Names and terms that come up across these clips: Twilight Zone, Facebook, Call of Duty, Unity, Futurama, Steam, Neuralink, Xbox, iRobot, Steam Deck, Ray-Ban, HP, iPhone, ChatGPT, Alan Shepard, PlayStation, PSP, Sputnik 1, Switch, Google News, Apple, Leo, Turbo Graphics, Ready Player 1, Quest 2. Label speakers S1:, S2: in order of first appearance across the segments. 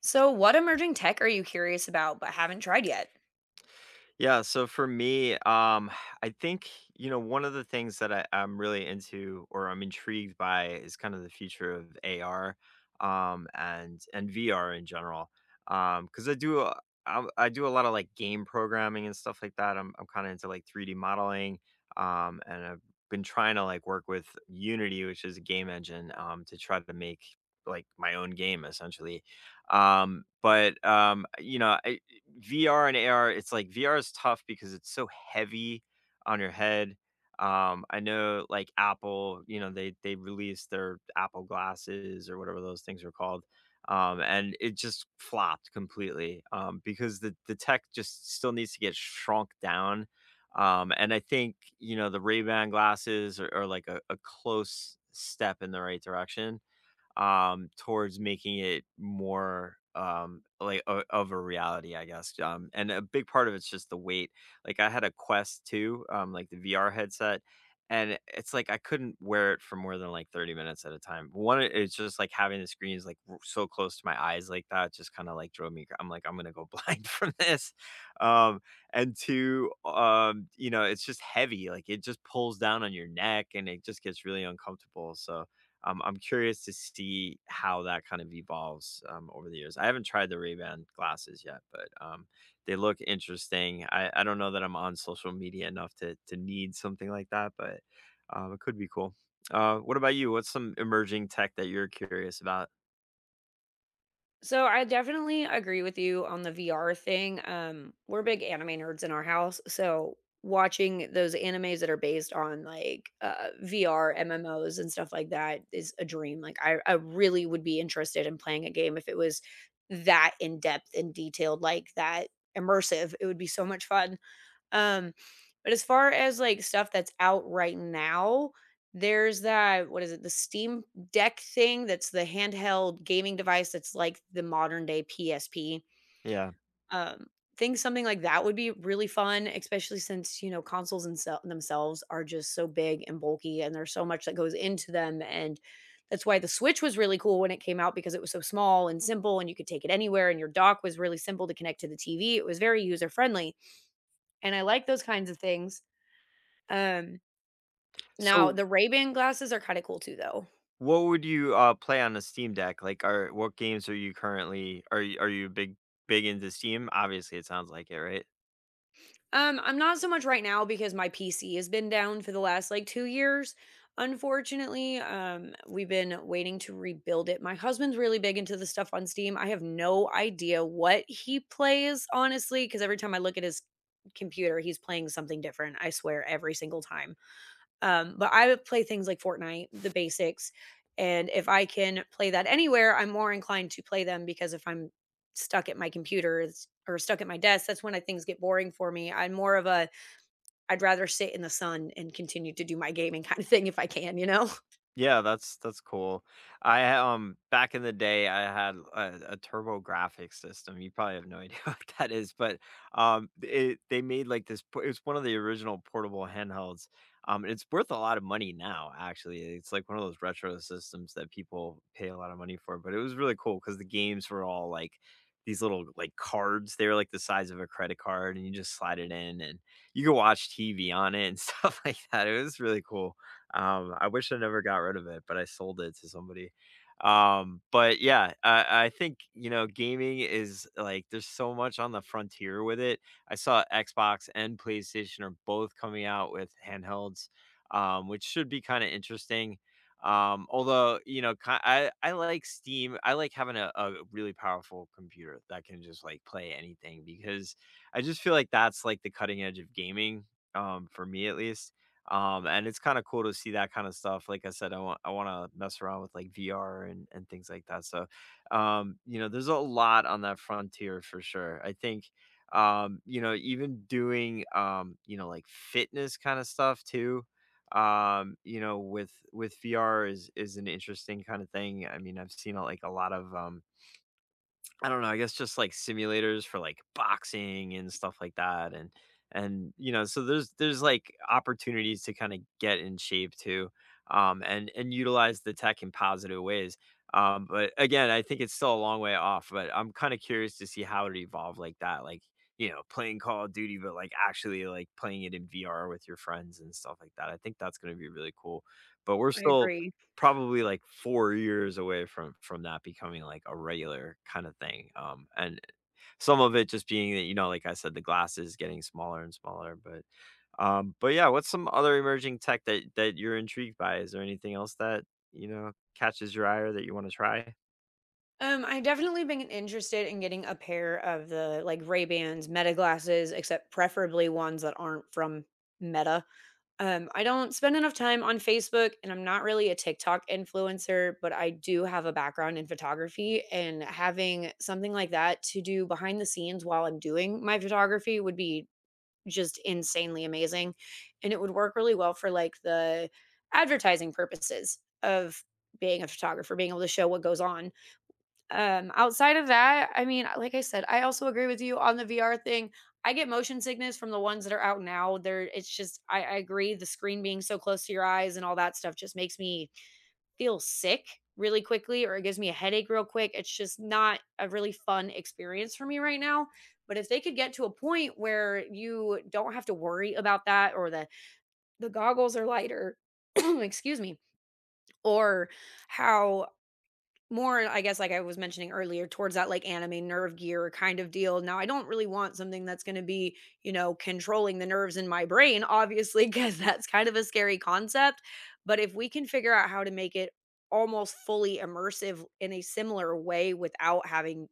S1: So, what emerging tech are you curious about but haven't tried yet?
S2: Yeah, so for me, I think one of the things that I'm really into or I'm intrigued by is kind of the future of AR and VR in general. Because I do a lot of like game programming and stuff like that. I'm kind of into like 3D modeling, and I've been trying to like work with Unity, which is a game engine, to try to make like my own game essentially. But VR and AR, it's like VR is tough because it's so heavy on your head. I know like Apple, you know, they released their Apple glasses or whatever those things were called. And it just flopped completely because the tech just still needs to get shrunk down. And I think, you know, the Ray-Ban glasses are like a close step in the right direction towards making it more, like, o of a reality, I guess, and a big part of it's just the weight. Like, I had a Quest 2, like, the VR headset, and it's like I couldn't wear it for more than, like, 30 minutes at a time. One, it's just, like, having the screens, like, r so close to my eyes like that just kinda, like, drove me cra I'm like, "I'm gonna go blind from this." Um, and 2, you know, it's just heavy, like, it just pulls down on your neck, and it just gets really uncomfortable, so I'm curious to see how that kind of evolves over the years. I haven't tried the Ray-Ban glasses yet, but they look interesting. I don't know that I'm on social media enough to need something like that, but it could be cool. What about you? What's some emerging tech that you're curious about?
S1: So, I definitely agree with you on the VR thing. We're big anime nerds in our house, so watching those animes that are based on like VR MMOs and stuff like that is a dream. Like, I really would be interested in playing a game if it was that in depth and detailed, like that immersive. It would be so much fun. Um, but as far as, like, stuff that's out right now, there's that what is it? The Steam Deck thing that's the handheld gaming device that's like the modern day PSP.
S2: Yeah.
S1: Um, think something like that would be really fun, especially since, you know, consoles themselves are just so big and bulky, and there's so much that goes into them, and that's why the Switch was really cool when it came out because it was so small and simple, and you could take it anywhere, and your dock was really simple to connect to the TV. It was very user friendly, and I like those kinds of things. Um, Now
S2: So,
S1: the Ray-Ban glasses are kinda cool too, though.
S2: what would you play on a Steam Deck? Like, are what games are you currently? Are you big big into Steam? Obviously, it sounds like it, right?
S1: I'm not so much right now because my PC has been down for the last, like, 2 years, unfortunately, we've been waiting to rebuild it. My husband's really big into the stuff on Steam. I have no idea what he plays, honestly, because every time I look at his computer, he's playing something different, I swear, every single time. But I would play things like Fortnite, the basics, and if I can play that anywhere, I'm more inclined to play them because if I'm stuck at my or stuck at my desk, that's when things get boring for me. I'm more of a I'd rather sit in the sun and continue to do my gaming kind of thing if I can, you know.
S2: Yeah, that's cool. I, back in the day, I had a Turbo Graphics system. You probably have no idea what that is, but, it they made, like, this po it was one of the original portable handhelds. It's worth a lot of money now, actually. It's like one of those retro systems that people pay a lot of money for, but it was really cool because the games were all, like, these little, like, cards. They were, like, the size of a credit card, and you just slide it in, and you could watch TV on it and stuff like that. It was really cool. I wish I never got rid of it, but I sold it to somebody. I think you know, gaming is like there's so much on the frontier with it. I saw Xbox and PlayStation are both coming out with handhelds, which should be kind of interesting. Although you know, I like Steam. I like having a really powerful computer that can just like play anything because I just feel like that's like the cutting edge of gaming, for me at least. And it's kind of cool to see that kind of stuff. Like I said, I want to mess around with like VR and things like that. So, you know, there's a lot on that frontier for sure. I think even doing like fitness kind of stuff too. You know, with VR is an interesting kind of thing. I mean, I've seen like a lot of I don't know, I guess just like simulators for like boxing and stuff like that and you know, so there's like opportunities to kind of get in shape too, and utilize the tech in positive ways. But again, I think it's still a long way off, but I'm kind of curious to see how it evolve like that, like you know, playing Call of Duty, but like actually like playing it in VR with your friends and stuff like that. I think that's going to be really cool. But we're
S1: I
S2: still
S1: agree.
S2: probably like 4 years away from that becoming like a regular kinda thing, and some of it just being that, you know, like I said, the glasses getting smaller and smaller, but, but what's some other emerging tech that you're intrigued by? Is there anything else that, you know, catches your eye or that you wanna try?
S1: I definitely been interested in getting a pair of the like Ray Bans, Meta glasses, except preferably ones that aren't from Meta. I don't spend enough time on Facebook and I'm not really a TikTok influencer, but I do have a background in photography and having something like that to do behind the scenes while I'm doing my photography would be just insanely amazing, and it would work really well for like the advertising purposes of being a photographer, being able to show what goes on outside of that. I mean, like I said, I also agree with you on the VR thing. I get motion sickness from the ones that are out now. There, it's just I agree. The screen being so close to your eyes and all that stuff just makes me feel sick really quickly, or it gives me a headache real quick. It's just not a really fun experience for me right now. But if they could get to a point where you don't have to worry about that, or the goggles are lighter, excuse me, or how more I guess like I was mentioning earlier towards that like anime nerve gear kind of deal. Now I don't really want something that's going to be, you know, controlling the nerves in my brain, obviously, because that's kind of a scary concept. But if we can figure out how to make it almost fully immersive in a similar way without having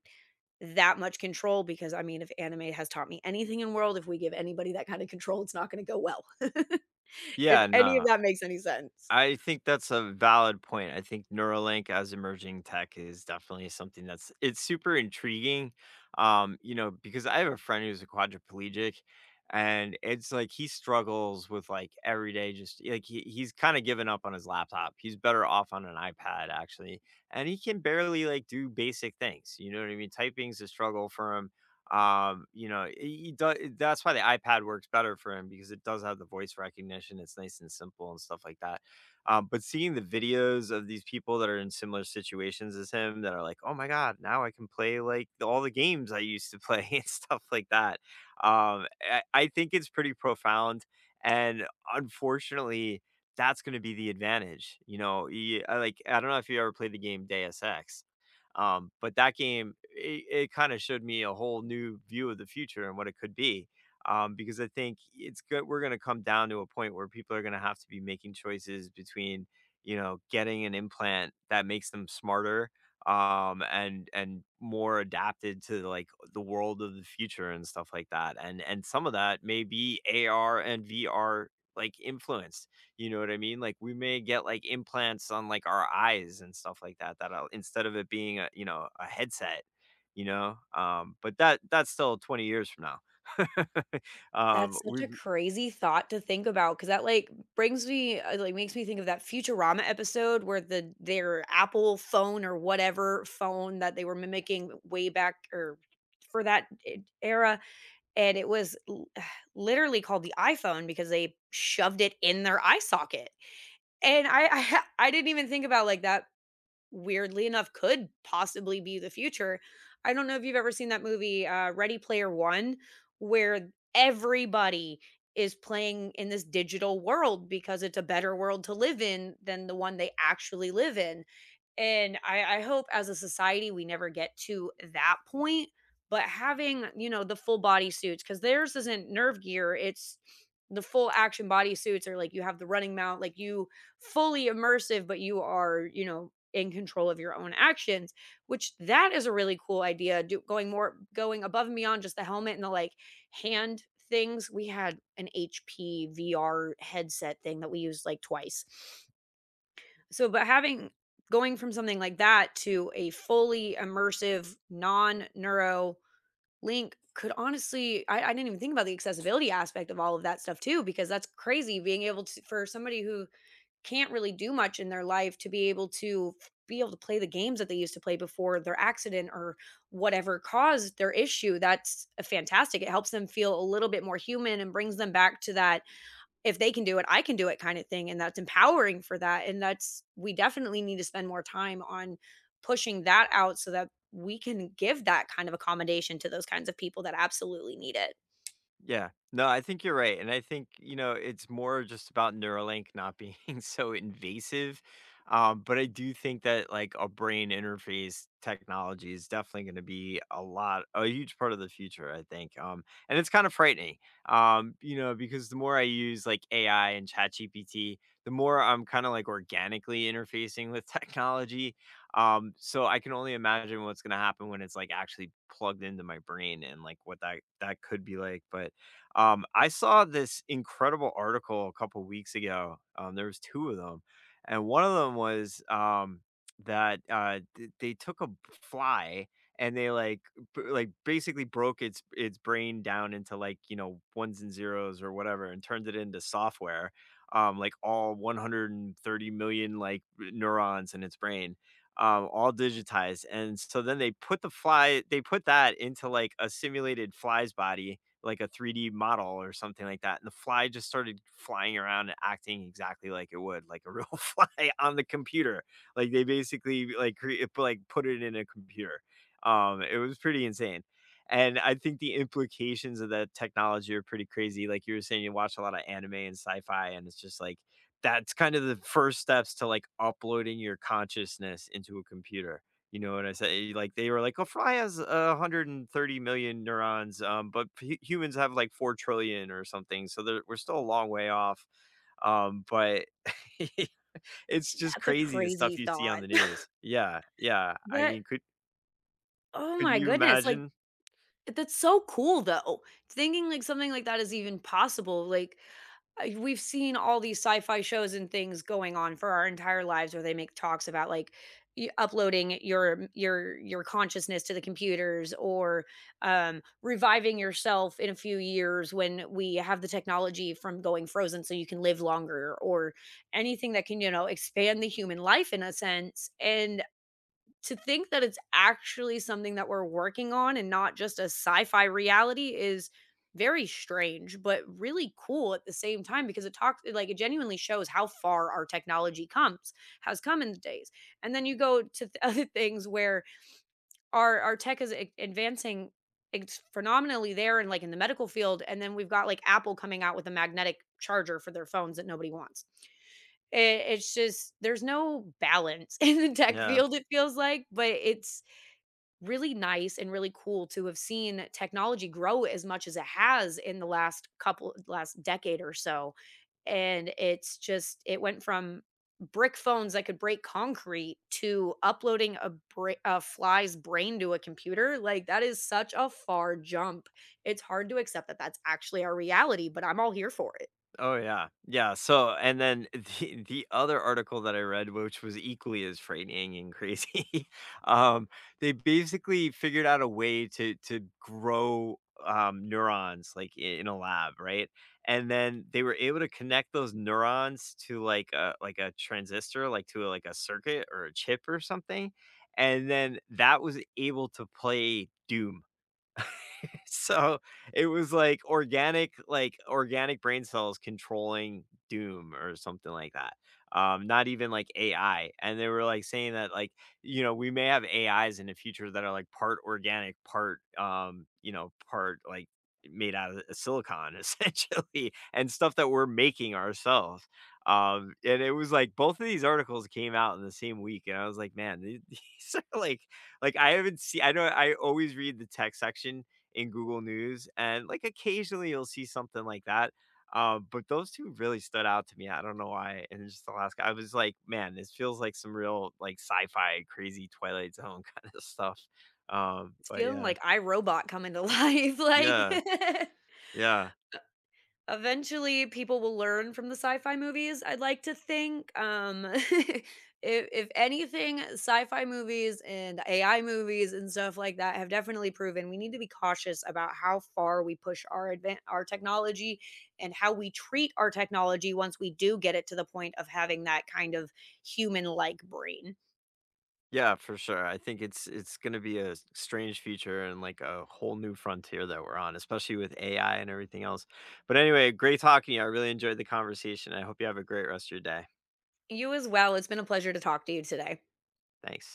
S1: that much control, because I mean if anime has taught me anything in world, if we give anybody that kind of control it's not going to go well, if
S2: Yeah,
S1: any
S2: no.
S1: of that makes any sense.
S2: I think that's a valid point. I think Neuralink as emerging tech is definitely something that's it's super intriguing. You know, because I have a friend who's a quadriplegic and it's like he struggles with like every day just like he's kind of given up on his laptop. He's better off on an iPad actually. And he can barely like do basic things. You know what I mean? Typing's a struggle for him. You know, he does, that's why the iPad works better for him because it does have the voice recognition. It's nice and simple and stuff like that but seeing the videos of these people that are in similar situations as him that are like, "Oh my god, now I can play like all the games I used to play and stuff like that." I think it's pretty profound, and unfortunately, that's going to be the advantage. You know, I like I don't know if you ever played the game Deus Ex, but that game it kind of showed me a whole new view of the future and what it could be because I think it's good. We're going to come down to a point where people are going to have to be making choices between, you know, getting an implant that makes them smarter and more adapted to like the world of the future and stuff like that and some of that may be AR and VR like influenced you know what I mean like we may get like implants on like our eyes and stuff like that that instead of it being a you know a headset you know but that's still 20 years from now
S1: That's such
S2: we've
S1: a crazy thought to think about, 'cause that, like, brings me like, makes me think of that Futurama episode where the their Apple phone or whatever phone that they were mimicking way back or for that e era, and it was l literally called the iPhone because they shoved it in their eye socket, and I I ha I didn't even think about like that weirdly enough could possibly be the future. I don't know if you've ever seen that movie Ready Player 1, where everybody is playing in this digital world because it's a better world to live in than the one they actually live in. And I hope as a society we never get to that point. But having, you know, the full body suits, because theirs isn't nerve gear, it's the full action body suits, or like you have the running mount, like you fully immersive, but you are, you know, in control of your own actions, which that is a really cool idea. Going more going above and beyond just the helmet and the like hand things. We had an HP VR headset thing that we used like twice, so, but having going from something like that to a fully immersive non-neuro link could honestly I didn't even think about the accessibility aspect of all of that stuff too, because that's crazy, being able to for somebody who can't really do much in their life to be able to be able to play the games that they used to play before their accident or whatever caused their issue. That's fantastic. It helps them feel a little bit more human and brings them back to that if they can do it, I can do it kind of thing. And that's empowering for that. And that's, we definitely need to spend more time on pushing that out so that we can give that kind of accommodation to those kinds of people that absolutely need it.
S2: Yeah. No, I think you're right. And I think, you know, it's more just about Neuralink not being so invasive. But I do think that like a brain interface technology is definitely going to be a lot, a huge part of the future, I think. And it's kind of frightening, you know, because the more I use like AI and ChatGPT, the more I'm kind of like organically interfacing with technology. So I can only imagine what's going to happen when it's like actually plugged into my brain and like what that could be like. But I saw this incredible article a couple weeks ago. There was 2 of them, and one of them was, that, th they took a b fly and they, like, b like, basically broke its brain down into, like, you know, ones and zeros or whatever and turned it into software, like, all 130,000,000, like, neurons in its brain, all digitized, and so then they put that into, like, a simulated fly's body like a 3D model or something like that, and the fly just started flying around and acting exactly like it would, like a real fly on the computer. Like they basically like put it in a computer. It was pretty insane. And I think the implications of that technology are pretty crazy. Like you were saying, you watch a lot of anime and sci-fi, and it's just like that's kind of the first steps to like uploading your consciousness into a computer. You know what I say? Like, they were like, "A fly has, 130,000,000 neurons, but hu humans have, like, 4,000,000,000,000 or something, so there we're still a long way off." But it's just
S1: That's a
S2: crazy the
S1: crazy
S2: stuff you see on
S1: thought.
S2: the news. Yeah, yeah. I
S1: That
S2: mean,
S1: Oh
S2: could
S1: my
S2: you
S1: goodness, like
S2: imagine?
S1: that's so cool though. Thinking like something like that is even possible. Like we've seen all these sci-fi shows and things going on for our entire lives where they make talks about like uploading your consciousness to the computers, or reviving yourself in a few years when we have the technology from going frozen so you can live longer, or anything that can, you know, expand the human life in a sense. And to think that it's actually something that we're working on and not just a sci-fi reality is very strange but really cool at the same time, because it talks like it genuinely shows how far our technology comes has come in the days. And then you go to other things where our tech is advancing. It's phenomenally there and like in the medical field, and then we've got like Apple coming out with a magnetic charger for their phones that nobody wants it. It's just there's no balance in the tech
S2: Yeah.
S1: field it feels like, but it's really nice and really cool to have seen technology grow as much as it has in the last couple last decade or so. And it's just it went from brick phones that could break concrete to uploading a fly's brain to a computer. Like that is such a far jump. It's hard to accept that that's actually our reality, but I'm all here for it.
S2: Oh yeah. Yeah, so and then the other article that I read, which was equally as frightening and crazy, um, they basically figured out a way to grow, neurons, like, I in a lab, right? And then they were able to connect those neurons to, like a transistor, like, to, like, a circuit or a chip or something, and then that was able to play Doom. So, it was like, organic brain cells controlling doom or something like that. Not even like AI, and they were, like, saying that, like, you know, we may have AIs in the future that are, like, part organic, part, you know, part, like, made out of silicon essentially, and stuff that we're making ourselves. And it was like both of these articles came out in the same week, and I was like, "Man, the these are like, I haven't seen. I know I always read the tech section in Google News, and, like, occasionally you'll see something like that, but those 2 really stood out to me, I don't know why, and just Alaska, I was like, "Man, this feels like some real, like, sci-fi, crazy Twilight Zone kinda stuff,"
S1: It's
S2: but
S1: feeling
S2: yeah.
S1: like iRobot coming to life, like
S2: Yeah, yeah,
S1: eventually people will learn from the sci-fi movies, I'd like to think, if anything, sci-fi movies and AI movies and stuff like that have definitely proven we need to be cautious about how far we push our technology, and how we treat our technology once we do get it to the point of having that kind of human-like brain.
S2: yeah, for sure, I think it's gonna be a s strange future and, like, a whole new frontier that we're on, especially with AI and everything else, but anyway, great talking to you, I really enjoyed the conversation, I hope you have a great rest of your day.
S1: You as well, it's been a pleasure to talk to you today.
S2: Thanks.